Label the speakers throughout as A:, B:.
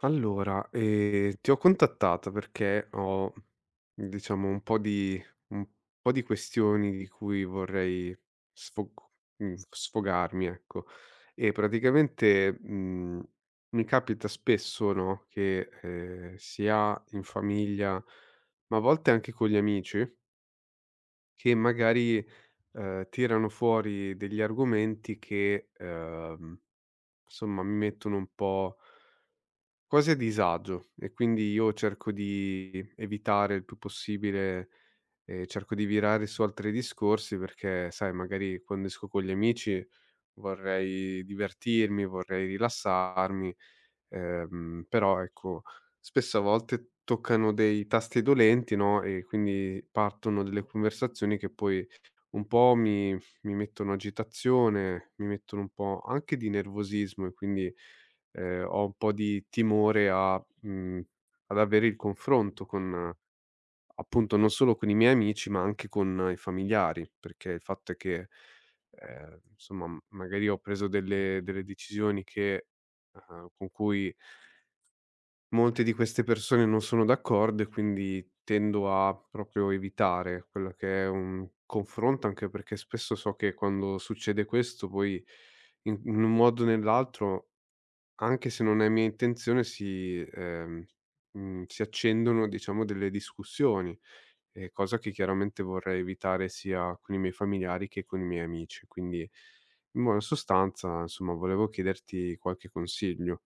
A: Allora, ti ho contattata perché ho, diciamo, un po' di questioni di cui vorrei sfog sfogarmi, ecco. E praticamente, mi capita spesso, no, che, sia in famiglia, ma a volte anche con gli amici, che magari, tirano fuori degli argomenti che, insomma mi mettono un po' cose a disagio. E quindi io cerco di evitare il più possibile, cerco di virare su altri discorsi perché, sai, magari quando esco con gli amici vorrei divertirmi, vorrei rilassarmi. Però ecco, spesso a volte toccano dei tasti dolenti, no, e quindi partono delle conversazioni che poi un po' mi mi mettono agitazione, mi mettono un po' anche di nervosismo e quindi, ho un po' di timore a ad avere il confronto con appunto non solo con i miei amici, ma anche con i familiari, perché il fatto è che, insomma, magari ho preso delle decisioni che con cui molte di queste persone non sono d'accordo. E quindi tendo a proprio evitare quello che è un confronto, anche perché spesso so che quando succede questo poi in un modo o nell'altro, anche se non è mia intenzione, si, si accendono diciamo delle discussioni, cosa che chiaramente vorrei evitare sia con i miei familiari che con i miei amici. Quindi in buona sostanza, insomma, volevo chiederti qualche consiglio.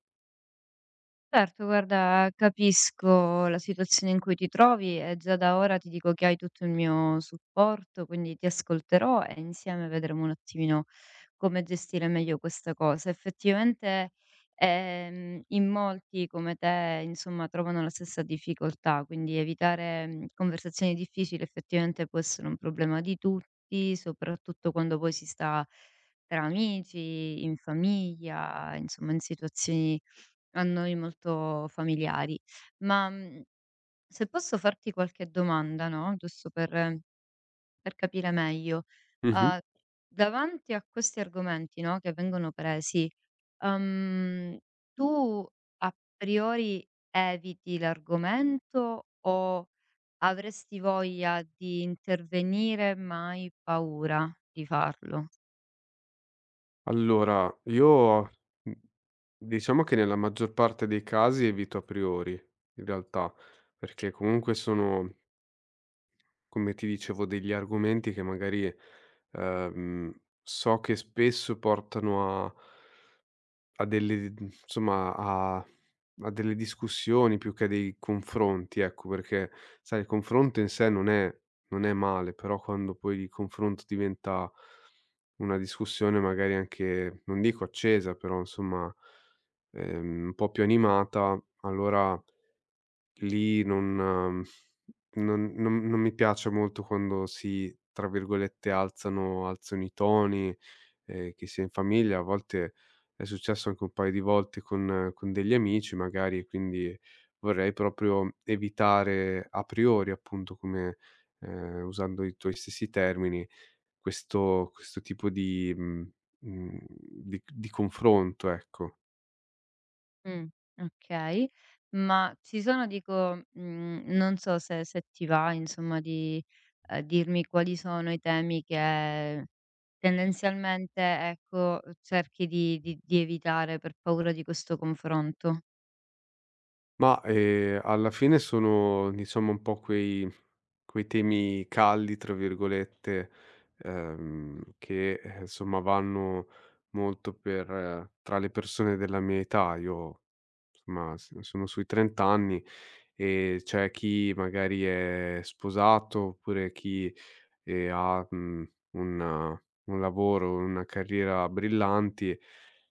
B: Certo, guarda, capisco la situazione in cui ti trovi e già da ora ti dico che hai tutto il mio supporto, quindi ti ascolterò e insieme vedremo un attimino come gestire meglio questa cosa. Effettivamente, in molti come te, insomma, trovano la stessa difficoltà, quindi evitare conversazioni difficili effettivamente può essere un problema di tutti, soprattutto quando poi si sta tra amici, in famiglia, insomma, in situazioni a noi molto familiari. Ma, se posso farti qualche domanda, no, giusto per capire meglio,
A: Mh-mh.
B: uhm, davanti a questi argomenti, no, che vengono presi, uhm, tu a priori eviti l'argomento o avresti voglia di intervenire ma hai paura di farlo?
A: Allora, io, mhmm, diciamo che nella maggior parte dei casi evito a priori, in realtà, perché comunque sono, come ti dicevo, degli argomenti che magari, ehm, so che spesso portano a a delle d insomma, a a delle discussioni più che a dei confronti, ecco, perché sai il confronto in sé non è male, però quando poi il confronto diventa una discussione magari anche, non dico accesa, però insomma, un po' più animata, allora lì non mi piace molto quando si, tra virgolette, "alzano alzano i toni", che sia in famiglia. A volte è successo anche un paio di volte con degli amici magari, e quindi vorrei proprio evitare a priori, appunto, come, usando i tuoi stessi termini, questo tipo di di confronto, ecco.
B: Mh, okay. Ma ci sono dico, non so se ti va insomma di, dirmi quali sono i temi che tendenzialmente, ecco, cerchi di di evitare per paura di questo confronto.
A: Ma, alla fine sono, diciamo, un po' quei quei temi "caldi" tra virgolette, che, insomma vanno molto per tra le persone della mia età. Io insomma s sono sui 30 anni e c'è chi magari è sposato, oppure chi e ha, un lavoro, una carriera brillanti,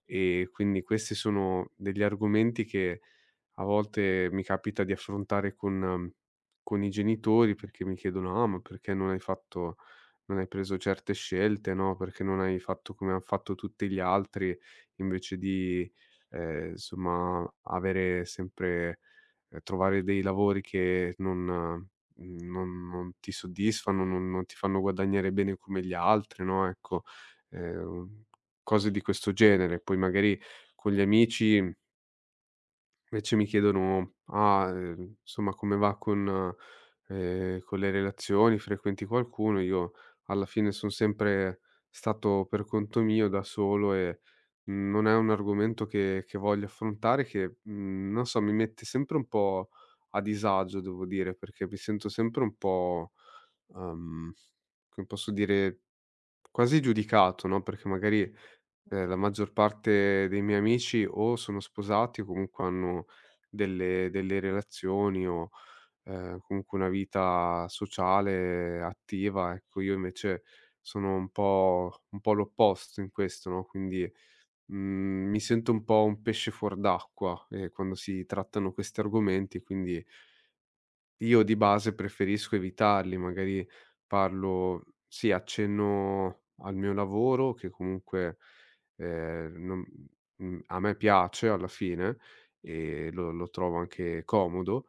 A: e quindi questi sono degli argomenti che a volte mi capita di affrontare con i genitori perché mi chiedono: "Ah, ma perché non hai fatto non hai preso certe scelte, no, perché non hai fatto come han fatto tutti gli altri invece di, insomma avere sempre trovare dei lavori che non non non ti soddisfano, non non ti fanno guadagnare bene come gli altri, no, ecco, ehm, cose di questo genere". Poi magari con gli amici invece mi chiedono: "Ah, insomma come va con le relazioni, frequenti qualcuno?" Io alla fine son sempre stato per conto mio, da solo e non è un argomento che voglio affrontare che, non so, mi mette sempre un po' a disagio devo dire, perché mi sento sempre un po', uhm, come posso dire, quasi giudicato, no, perché magari la maggior parte dei miei amici o sono sposati o comunque hanno delle relazioni o, comunque una vita sociale attiva, ecco. Io invece sono un po' l'opposto in questo, no, quindi, mi sento un po' un pesce fuor d'acqua, quando si trattano questi argomenti, quindi io di base preferisco evitarli, magari parlo sì, accenno al mio lavoro che comunque, non mhmm, a me piace alla fine e lo trovo anche comodo,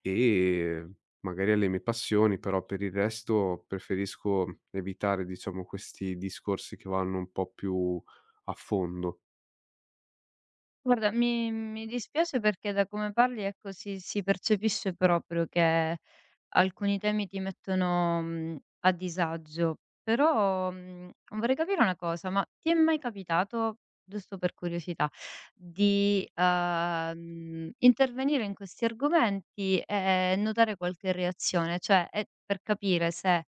A: e magari alle mie passioni, però per il resto preferisco evitare, diciamo, questi discorsi che vanno un po' più a fondo.
B: Guarda, mi dispiace perché da come parli, ecco, si percepisce proprio che alcuni temi ti mettono, a disagio. Però, vorrei capire una cosa, ma ti è mai capitato, giusto per curiosità, di, intervenire in questi argomenti e notare qualche reazione? Cioè, è per capire se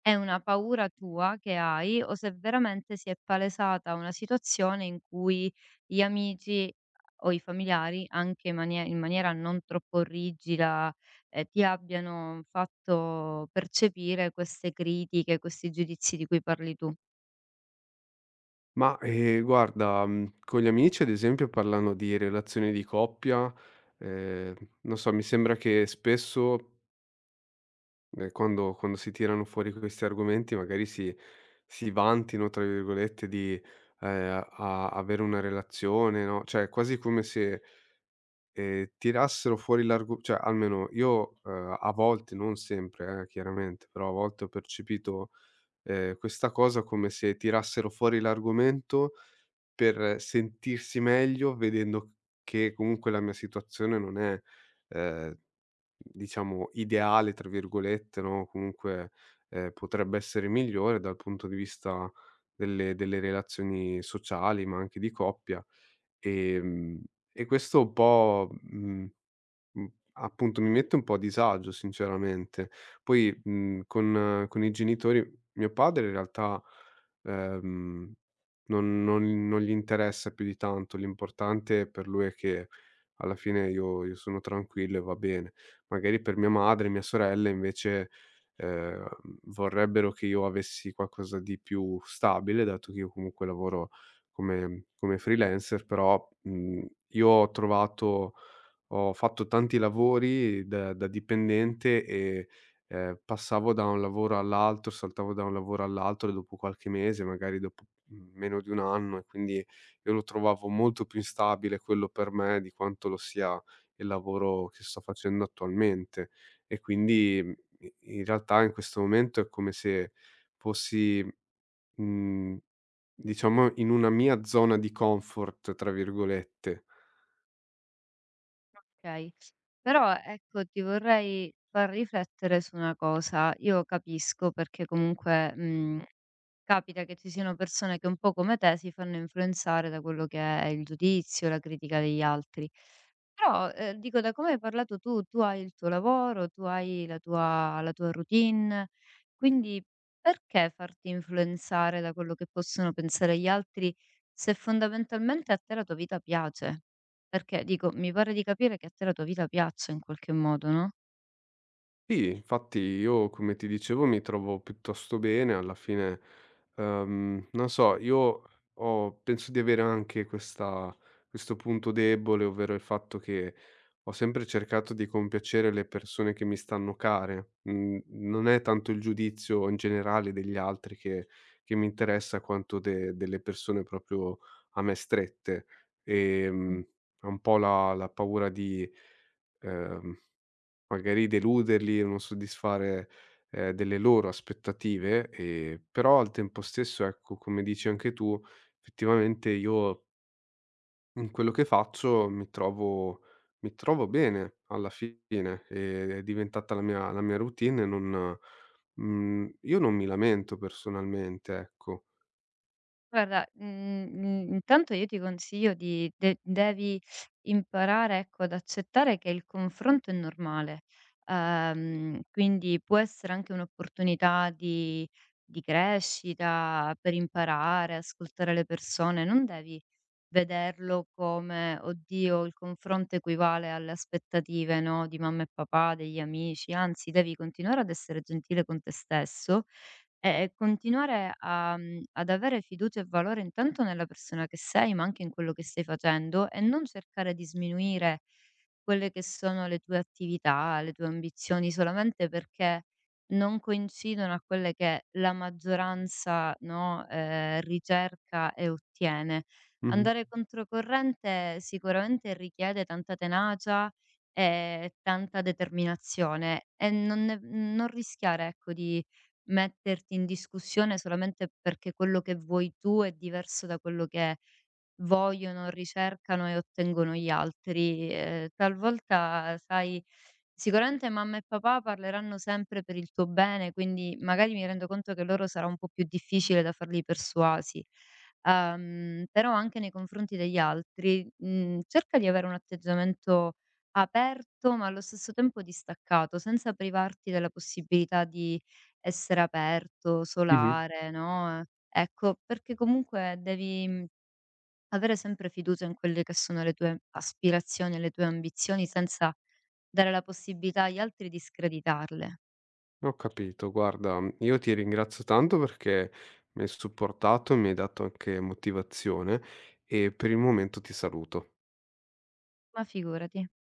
B: è una paura tua che hai o se veramente si è palesata una situazione in cui gli amici o i familiari, anche manie in maniera non troppo rigida, ti abbiano fatto percepire queste critiche, questi giudizi di cui parli tu.
A: Ma, guarda, con gli amici ad esempio parlano di relazioni di coppia, ehm, non so, mi sembra che spesso, quando si tirano fuori questi argomenti magari si si vantino, tra virgolette, di, a avere una relazione, no, cioè quasi come se, tirassero fuori l'argo cioè almeno io, a volte, non sempre chiaramente, però a volte ho percepito questa cosa come se tirassero fuori l'argomento per sentirsi meglio vedendo che comunque la mia situazione non è, ehm, diciamo "ideale" tra virgolette, no, comunque, potrebbe essere migliore dal punto di vista delle relazioni sociali, ma anche di coppia. Ehm, e questo un po', mhmm Mh, appunto mi mette un po' a disagio sinceramente. Poi, con i genitori mio padre in realtà, ehm, non gli interessa più di tanto, l'importante per lui è che alla fine io sono tranquillo e va bene. Magari per mia madre e mia sorella invece, ehm, vorrebbero che io avessi qualcosa di più stabile, dato che io comunque lavoro come freelancer, però, mhmm, io ho trovato ho fatto tanti lavori da dipendente e, passavo da un lavoro all'altro, saltavo da un lavoro all'altro dopo qualche mese, magari dopo, meno di un anno. E quindi io lo trovavo molto più instabile quello per me di quanto lo sia il lavoro che sto facendo attualmente. E quindi, mhmm, i in realtà in questo momento è come se fossi, mhmm, diciamo in una mia "zona di comfort" tra virgolette.
B: Okay. Però, ecco, ti vorrei far riflettere su una cosa. Io capisco perché comunque, capita che ci siano persone che un po' come te si fanno influenzare da quello che è il giudizio, la critica degli altri. Però, dico da come hai parlato tu, tu hai il tuo lavoro, tu hai la tua routine, quindi perché farti influenzare da quello che possono pensare gli altri, se fondamentalmente a te la tua vita piace? Perché dico, mi pare di capire che a te la tua vita piaccia in qualche modo, no?
A: Sì, infatti io, come ti dicevo, mi trovo piuttosto bene alla fine. Non so, io ho penso di avere anche questa questo punto debole, ovvero il fatto che ho sempre cercato di compiacere le persone che mi stanno care. Mhmm, Non è tanto il giudizio in generale degli altri che mi interessa quanto de delle persone proprio a me strette. Ehm, è un po' la paura di ehm Magari deluderli o non soddisfare, delle loro aspettative, però al tempo stesso, ecco, come dici anche tu, effettivamente io in quello che faccio mi trovo bene alla fine, è diventata la mia routine e non io non mi lamento personalmente, ecco.
B: Guarda, intanto io ti consiglio di de devi imparare, ecco, ad accettare che il confronto è normale. Quindi può essere anche un'opportunità di crescita, per imparare, ascoltare le persone. Non devi vederlo come: "Oddio, il confronto equivale alle aspettative, no, di mamma e papà, degli amici". Anzi, devi continuare ad essere gentile con te stesso e continuare a ad avere fiducia e valore intanto nella persona che sei, ma anche in quello che stai facendo e non cercare di sminuire quelle che sono le tue attività, le tue ambizioni solamente perché non coincidono a quelle che la maggioranza, no, ricerca e ottiene.
A: Mh-mh.
B: Andare controcorrente sicuramente richiede tanta tenacia e tanta determinazione e non ne non rischiare, ecco, di Metterti in discussione solamente perché quello che vuoi tu è diverso da quello che è. Vogliono, ricercano e ottengono gli altri. Talvolta sai, sicuramente mamma e papà parleranno sempre per il tuo bene, quindi magari mi rendo conto che loro sarà un po' più difficile da farli persuasi. Però anche nei confronti degli altri, cerca di avere un atteggiamento aperto, ma allo stesso tempo distaccato, senza privarti della possibilità di essere aperto,
A: Mh-mh.
B: solare, no, ecco, perché comunque devi avere sempre fiducia in quelle che sono le tue aspirazioni e le tue ambizioni senza dare la possibilità agli altri di screditarle.
A: Ho capito. Guarda, io ti ringrazio tanto perché mi hai supportato, mi hai dato anche motivazione e per il momento ti saluto.
B: Ma figurati.